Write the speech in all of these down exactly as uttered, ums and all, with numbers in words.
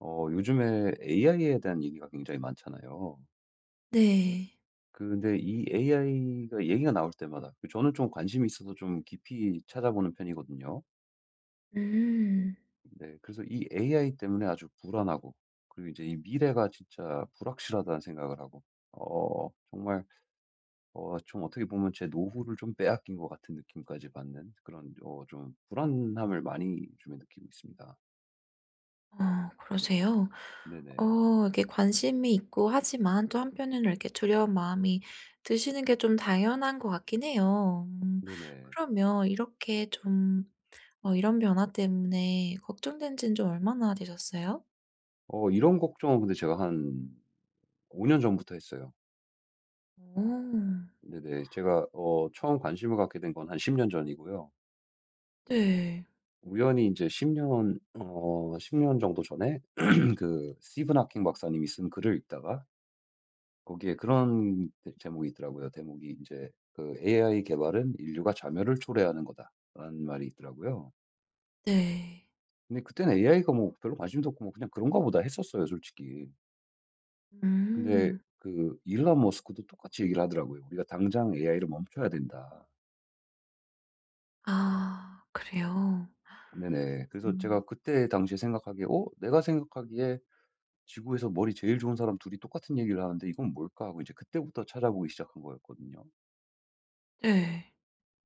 어, 요즘에 에이아이에 대한 얘기가 굉장히 많잖아요. 네. 근데 이 에이아이가 얘기가 나올 때마다 그 저는 좀 관심이 있어서 좀 깊이 찾아보는 편이거든요. 음. 네, 그래서 이 에이아이 때문에 아주 불안하고, 그리고 이제 이 미래가 진짜 불확실하다는 생각을 하고, 어, 정말 어, 좀 어떻게 보면 제 노후를 좀 빼앗긴 것 같은 느낌까지 받는 그런 어, 좀 불안함을 많이 요즘에 느끼고 있습니다. 어 그러세요? 네네, 어 이렇게 관심이 있고 하지만 또 한편에는 이렇게 두려운 마음이 드시는 게 좀 당연한 것 같긴 해요. 음. 네네. 그러면 이렇게 좀 어 이런 변화 때문에 걱정된 지는 좀 얼마나 되셨어요? 어, 이런 걱정은 근데 제가 한 오 년 전부터 했어요. 오. 네네. 제가 어 처음 관심을 갖게 된 건 한 십 년 전이고요. 네. 우연히 이제10 년어 십 년 정도 전에 그 스티븐 하킹 박사님이 쓴 글을 읽다가 거기에 그런 대 제목이 있더라고요. 대목이 이제그 "에이아이 개발은 인류가 자멸을 초래하는 거다."라는 말이 있더라고요. 네. 근데 그때는 에이아이가 뭐 별로 관심도 없고 뭐 '그냥 그런가 보다.' 했었어요, 솔직히. 근데 음. 그 일론 머스크도 똑같이 얘기를 하더라고요. "우리가 당장 에이아이를 멈춰야 된다." 아 그래요? 네네. 그래서 음. 제가 그때 당시에 생각하기에 '어 내가 생각하기에 지구에서 머리 제일 좋은 사람 둘이 똑같은 얘기를 하는데 이건 뭘까?' 하고 이제 그때부터 찾아보기 시작한 거였거든요. 네.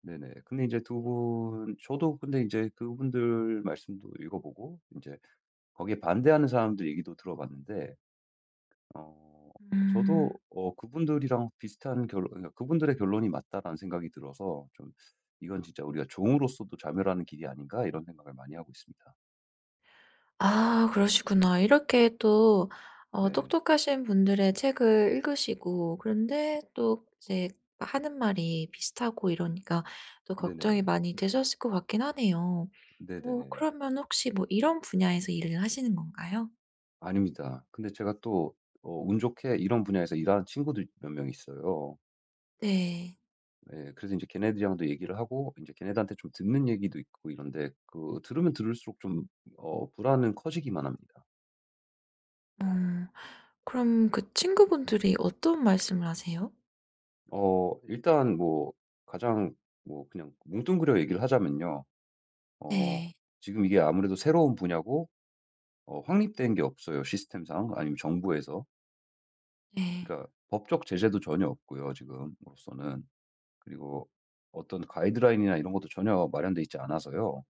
네네. 근데 이제 두 분 저도 근데 이제 그분들 말씀도 읽어 보고 이제 거기에 반대하는 사람들 얘기도 들어 봤는데 어 저도 음. 어 그분들이랑 비슷한 결론, 그러니까 '그분들의 결론이 맞다.'라는 생각이 들어서 좀 '이건 진짜 우리가 종으로서도 자멸하는 길이 아닌가?' 이런 생각을 많이 하고 있습니다. 아 그러시구나. 이렇게 또 어 네. 똑똑하신 분들의 책을 읽으시고 그런데 또 이제 하는 말이 비슷하고 이러니까 또 걱정이 네네. 많이 되셨을 것 같긴 하네요. 어 네네. 그러면 혹시 뭐 이런 분야에서 일을 하시는 건가요? 아닙니다. 근데 제가 또 어 운 좋게 이런 분야에서 일하는 친구들 몇 명 있어요. 네. 예. 그래서 이제 걔네들이랑도 얘기를 하고 이제 걔네들한테 좀 듣는 얘기도 있고 이런데, 그 들으면 들을수록 좀 어 불안은 커지기만 합니다. 어 그럼 그 친구분들이 어떤 말씀을 하세요? 어 일단 뭐 가장, 뭐 그냥 뭉뚱그려 얘기를 하자면요. 어 네. 지금 이게 아무래도 새로운 분야고 어 확립된 게 없어요, 시스템상 아니면 정부에서. 네. 그러니까 법적 제재도 전혀 없고요, 지금으로서는. 그리고 어떤 가이드라인이나 이런 것도 전혀 마련돼 있지 않아서요.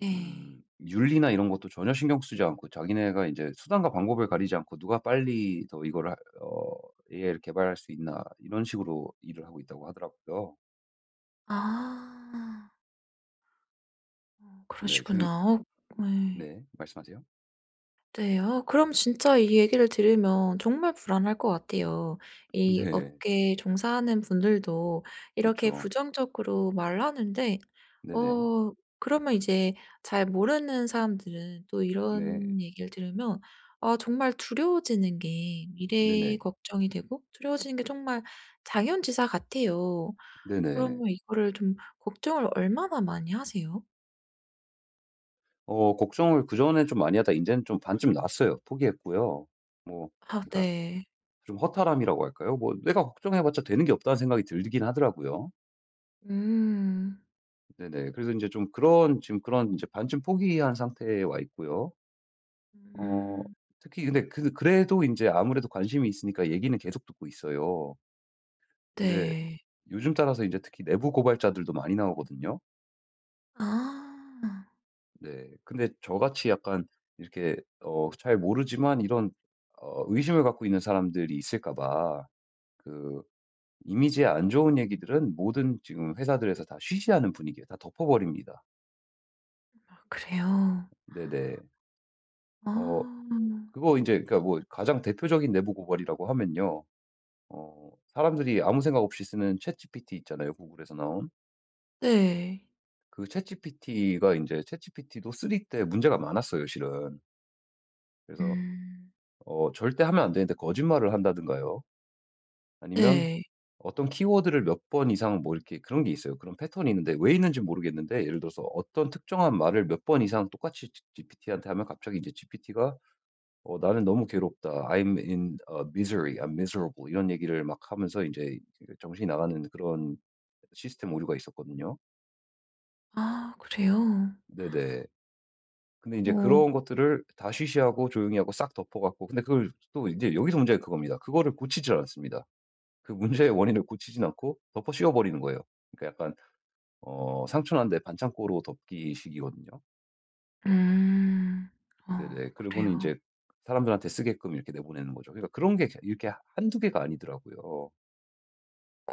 네. 음, 윤리나 이런 것도 전혀 신경 쓰지 않고 자기네가 이제 수단과 방법을 가리지 않고 '누가 빨리 더 이걸 하어 에이아이를 개발할 수 있나.' 이런 식으로 일을 하고 있다고 하더라고요. 아. 어 네 그 그러시구나. 어. 네. 네. 말씀하세요. 네. 아 그럼 진짜 이 얘기를 들으면 정말 불안할 것 같아요. 이 네. 업계에 종사하는 분들도 이렇게 그쵸. 부정적으로 말하는데 네네. 어 그러면 이제 잘 모르는 사람들은 또 네. 이런 얘기를 들으면 아 정말 두려워지는 게 미래 네네. 걱정이 되고 두려워지는 게 정말 당연지사 같아요. 네네. 그러면 이거를 좀 걱정을 얼마나 많이 하세요? 어 걱정을 그전에 좀 많이 하다가 이제는 좀 반쯤 났어요, 포기했고요. 뭐 아 그러니까 네. 좀 허탈함이라고 할까요? 뭐 내가 걱정해봤자 되는 게 없다는 생각이 들긴 하더라고요. 음. 네네. 그래서 이제 좀 그런 지금 그런 이제 반쯤 포기한 상태에 와 있고요. 어 음. 특히 근데 그 그래도 이제 아무래도 관심이 있으니까 얘기는 계속 듣고 있어요. 근데 네. 요즘 따라서 이제 특히 내부 고발자들도 많이 나오거든요. 아. 네. 근데 저같이 약간 이렇게 어 잘 모르지만 이런 어 의심을 갖고 있는 사람들이 있을까 봐그 이미지에 안 좋은 얘기들은 모든 지금 회사들에서 다 쉬쉬하는 분위기예요. 다 덮어버립니다. 아 그래요? 네네. 아 어 그거 이제, 그러니까 뭐 가장 대표적인 내부 고발이라고 하면요. 어 사람들이 아무 생각 없이 쓰는 챗지피티 있잖아요, 구글에서 나온. 네. 그 챗지피티가 이제 챗지피티도 삼 때 문제가 많았어요, 실은. 그래서 음 어 절대 하면 안 되는데 거짓말을 한다든가요. 아니면 네. 어떤 키워드를 몇 번 이상 뭐 이렇게 그런 게 있어요. 그런 패턴이 있는데 왜 있는지 모르겠는데, 예를 들어서 어떤 특정한 말을 몇 번 이상 똑같이 지피티한테 하면 갑자기 이제 지피티가 어 "나는 너무 괴롭다. I'm in a misery. I'm miserable." 이런 얘기를 막 하면서 이제 정신이 나가는 그런 시스템 오류가 있었거든요. 아 그래요? 네네. 근데 이제 어. 그런 것들을 다 쉬쉬하고 조용히 하고 싹 덮어 갖고, 근데 그걸 또 이제 여기서 문제가 그겁니다. 그거를 고치질 않습니다. 그 문제의 원인을 고치진 않고 덮어씌워 버리는 거예요. 그러니까 약간 어 상추는 데 반창고로 덮기식이거든요. 음. 어 네네. 그리고는 이 그래요? 제 사람들한테 쓰게끔 이렇게 내보내는 거죠. 그러니까 그런 게 이렇게 한두 개가 아니더라고요.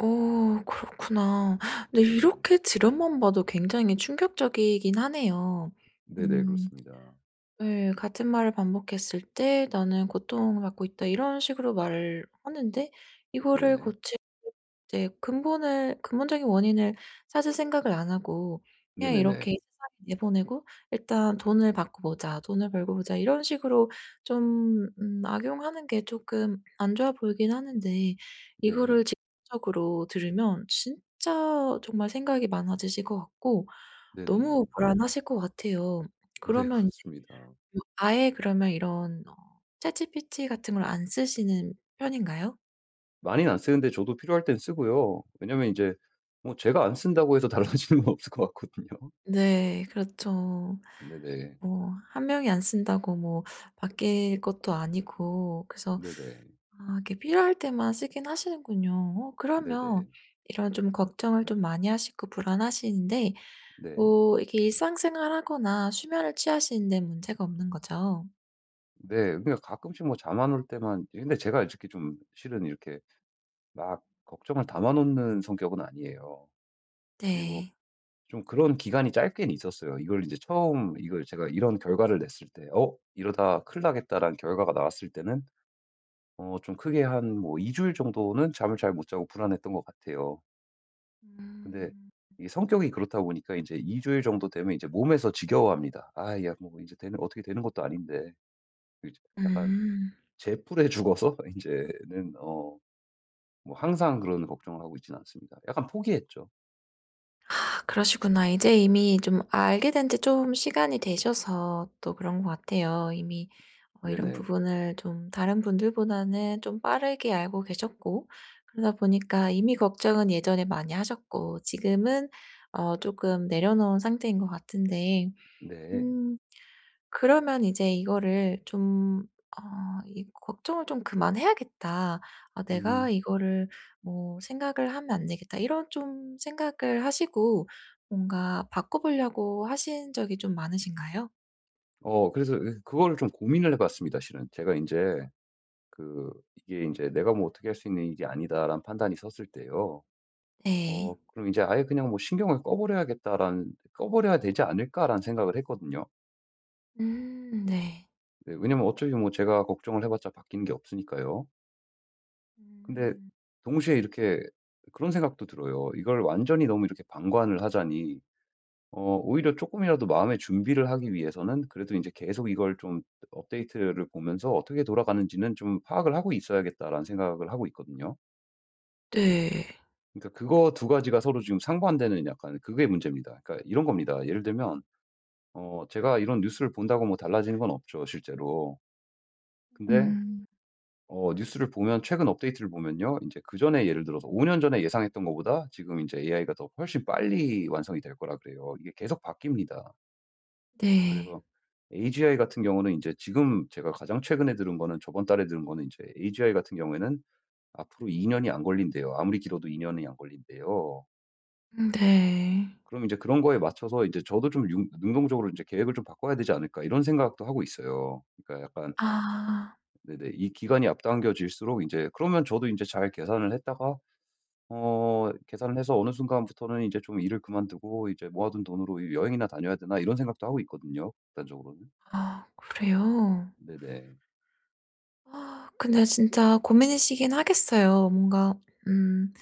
어 그렇구나. 근데 네네. 이렇게 지름만 봐도 굉장히 충격적이긴 하네요. 네네. 음. 그렇습니다. 예. 같은 말을 반복했을 때 "나는 고통받고 있다." 이런 식으로 말을 하는데 이거를 네네. 고칠 이 근본을 근본적인 원인을 찾을 생각을 안 하고 그냥 이렇게 네네네. 세상에 내보내고 '일단 돈을 받고 보자. 돈을 벌고 보자.' 이런 식으로 좀 음 악용하는 게 조금 안 좋아 보이긴 하는데 네. 이거를 직접적으로 들으면 진짜 정말 생각이 많아지실 것 같고 네네. 너무 불안하실 것 같아요. 네 그러면 그렇습니다. 뭐 아예 그러면 이런 어 챗지피티 같은 걸 안 쓰시는 편인가요? 많이는 안 쓰는데 저도 필요할 땐 쓰고요. 왜냐면 이제 뭐 제가 안 쓴다고 해서 달라지는 건 없을 것 같거든요. 네. 그렇죠. 네네. 뭐 한 명이 안 쓴다고 뭐 바뀔 것도 아니고 그래서 네네. 아 이게 필요할 때만 쓰긴 하시는군요. 어 네네. 그러면 이런 좀 걱정을 좀 많이 하시고 불안하시는데 네. 뭐 이렇게 일상생활 하거나 수면을 취하시는 데 문제가 없는 거죠? 네. 그러니까 가끔씩 뭐 잠안 올 때만, 근데 제가 이렇게 좀 실은 이렇게 막 걱정을 담아 놓는 성격은 아니에요. 그리고 네. 좀 그런 기간이 짧게는 있었어요. 이걸 이제 처음 이걸 제가 이런 결과를 냈을 때 '어 이러다 큰일 나겠다.'라는 결과가 나왔을 때는 어 좀 크게 한 뭐 이 주일 정도는 잠을 잘 못 자고 불안했던 것 같아요. 근데 음. 이게 성격이 그렇다 보니까 이제 이제이 주일 정도 되면 이제 몸에서 지겨워합니다. '아 야 뭐 이제 되는 어떻게 되는 것도 아닌데.' 그 이제 약간 음. 제풀에 죽어서 이제는 어 뭐 항상 그런 걱정을 하고 있지는 않습니다. 약간 포기했죠. 아 그러시구나. 이제 이미 좀 알게 된지 좀 시간이 되셔서 또 그런 것 같아요. 이미 어 이런 네네. 부분을 좀 다른 분들보다는 좀 빠르게 알고 계셨고 그러다 보니까 이미 걱정은 예전에 많이 하셨고 지금은 어금 내려놓은 상태인 것 같은데 네. 음 그러면 이제 이거를 좀 어 이 '걱정을 좀 그만해야겠다. 아 내가 음. 이거를 뭐 생각을 하면 안 되겠다.' 이런 좀 생각을 하시고 뭔가 바꿔보려고 하신 적이 좀 많으신가요? 어 그래서 그 그거를 좀 고민을 해 봤습니다, 실은. 제가 이제 그 이게 이제 '내가 뭐 어떻게 할 수 있는 일이 아니다.'라는 판단이 섰을 때요. 네. 어 그럼 이제 '아예 그냥 뭐 신경을 꺼 버려야겠다.'라는 '꺼 버려야 되지 않을까.'라는 생각을 했거든요. 음 네. 네, 왜냐면 어차피 뭐 제가 걱정을 해 봤자 바뀌는 게 없으니까요. 근데 음. 동시에 이렇게 그런 생각도 들어요. 이걸 완전히 너무 이렇게 방관을 하자니 어 오히려 조금이라도 마음의 준비를 하기 위해서는 그래도 이제 계속 이걸 좀 업데이트를 보면서 '어떻게 돌아가는지는 좀 파악을 하고 있어야겠다.'라는 생각을 하고 있거든요. 네. 그러니까 그거 두 가지가 서로 지금 상반되는, 약간 그게 문제입니다. 그러니까 이런 겁니다. 예를 들면 어 제가 이런 뉴스를 본다고 뭐 달라지는 건 없죠, 실제로. 음 근데 음. 어 뉴스를 보면 최근 업데이트를 보면요. 이제 그전에 예를 들어서 오 년 전에 예상했던 것보다 지금 이제 에이아이가 더 훨씬 빨리 완성이 될 거라 그래요. 이게 계속 바뀝니다. 네. 그래서 에이지아이 같은 경우는 이제 지금 제가 가장 최근에 들은 거는, 저번 달에 들은 거는, 이제 에이지아이 같은 경우에는 앞으로 이 년이 안 걸린대요. 아무리 길어도 이 년이 안 걸린대요. 음 네. 그럼 이제 그런 거에 맞춰서 이제 저도 좀 융 능동적으로 이제 '계획을 좀 바꿔야 되지 않을까.' 이런 생각도 하고 있어요. 그러니까 약간 아. 네네 이 기간이 앞당겨질수록 이제 그러면 저도 이제 잘 계산을 했다가 어 계산을 해서 어느 순간부터는 이제 좀 일을 그만두고 이제 '모아둔 돈으로 여행이나 다녀야 되나.' 이런 생각도 하고 있거든요, 극단적으로는. 아 그래요? 네네. 아 근데 진짜 고민이시긴 하겠어요. 뭔가 음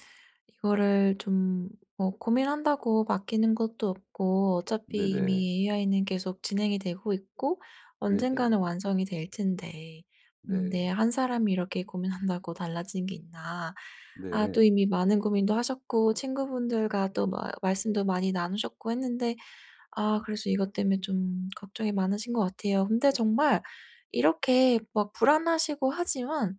이거를 좀 뭐 고민한다고 바뀌는 것도 없고 어차피 네네. 이미 에이아이는 계속 진행이 되고 있고 언젠가는 네네. 완성이 될 텐데 음 네. 내 한 사람이 이렇게 고민한다고 달라지는 게 있나. 아 네. 또 이미 많은 고민도 하셨고 친구분들과 또 마 말씀도 많이 나누셨고 했는데 아 그래서 이것 때문에 좀 걱정이 많으신 것 같아요. 근데 정말 이렇게 막 불안하시고 하지만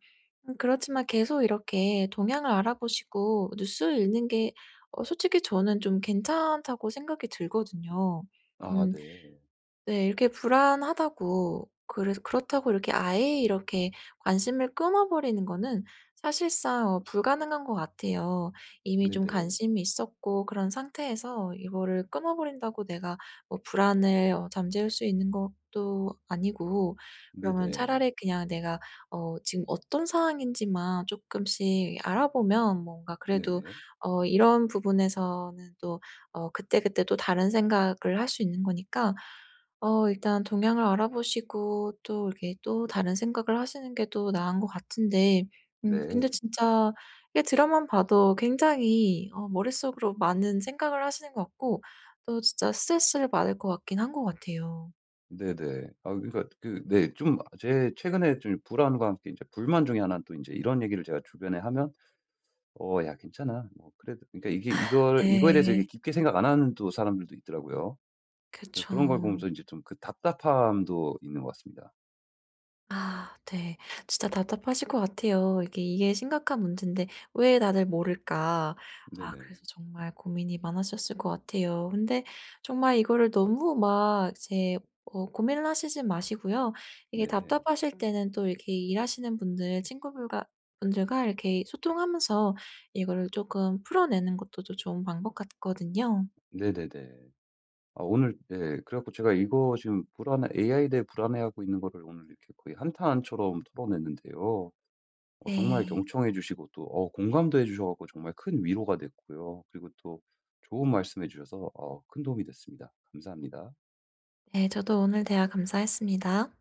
음 그렇지만 계속 이렇게 동향을 알아보시고 뉴스 읽는 게 어 솔직히 저는 좀 괜찮다고 생각이 들거든요. 아 음. 네. 네. 이렇게 불안하다고 그래서 그렇다고 이렇게 아예 이렇게 관심을 끊어버리는 거는 사실상 어 불가능한 것 같아요. 이미 좀 네네. 관심이 있었고 그런 상태에서 이거를 끊어버린다고 내가 뭐 불안을 어 잠재울 수 있는 것도 아니고 그러면 네네. 차라리 그냥 내가 어 지금 어떤 상황인지만 조금씩 알아보면 뭔가 그래도 네네. 어 이런 부분에서는 또 어 그때그때 또 다른 생각을 할 수 있는 거니까 어 일단 동향을 알아보시고 또 이렇게 또 다른 생각을 하시는 게 또 나은 것 같은데 음 네. 근데 진짜 이게 드라마만 봐도 굉장히 어 머릿속으로 많은 생각을 하시는 것 같고 또 진짜 스트레스를 받을 것 같긴 한 것 같아요. 네네. 아 그러니까 그네 좀 제 최근에 좀 불안과 함께 이제 불만 중에 하나는, 또 이제 이런 얘기를 제가 주변에 하면 "어 야 괜찮아." 뭐 그래도, 그러니까 이게 이걸 이거에 대해서 이렇게 네. 깊게 생각 안 하는 또 사람들도 있더라고요. 예 그쵸. 그런 걸 보면서 이제 좀 그 답답함도 있는 것 같습니다. 아 네. 진짜 답답하실 것 같아요. 이게 이게 심각한 문제인데 왜 다들 모를까. 아 네네. 그래서 정말 고민이 많으셨을 것 같아요. 근데 정말 이거를 너무 막 이제 어 고민을 하시지 마시고요. 이게 네. 답답하실 때는 또 이렇게 일하시는 분들 친구들과 분들과 이렇게 소통하면서 이거를 조금 풀어내는 것도 좀 좋은 방법 같거든요. 네네네. 아 오늘 네 그래갖고 제가 이거 지금 불안해 에이아이에 대해 불안해하고 있는 거를 오늘 이렇게 거의 한탄처럼 털어냈는데요. 어 정말 네. 경청해 주시고 또 어 공감도 해 주셔 갖고 정말 큰 위로가 됐고요. 그리고 또 좋은 말씀해 주셔서 어 큰 도움이 됐습니다. 감사합니다. 네 저도 오늘 대화 감사했습니다.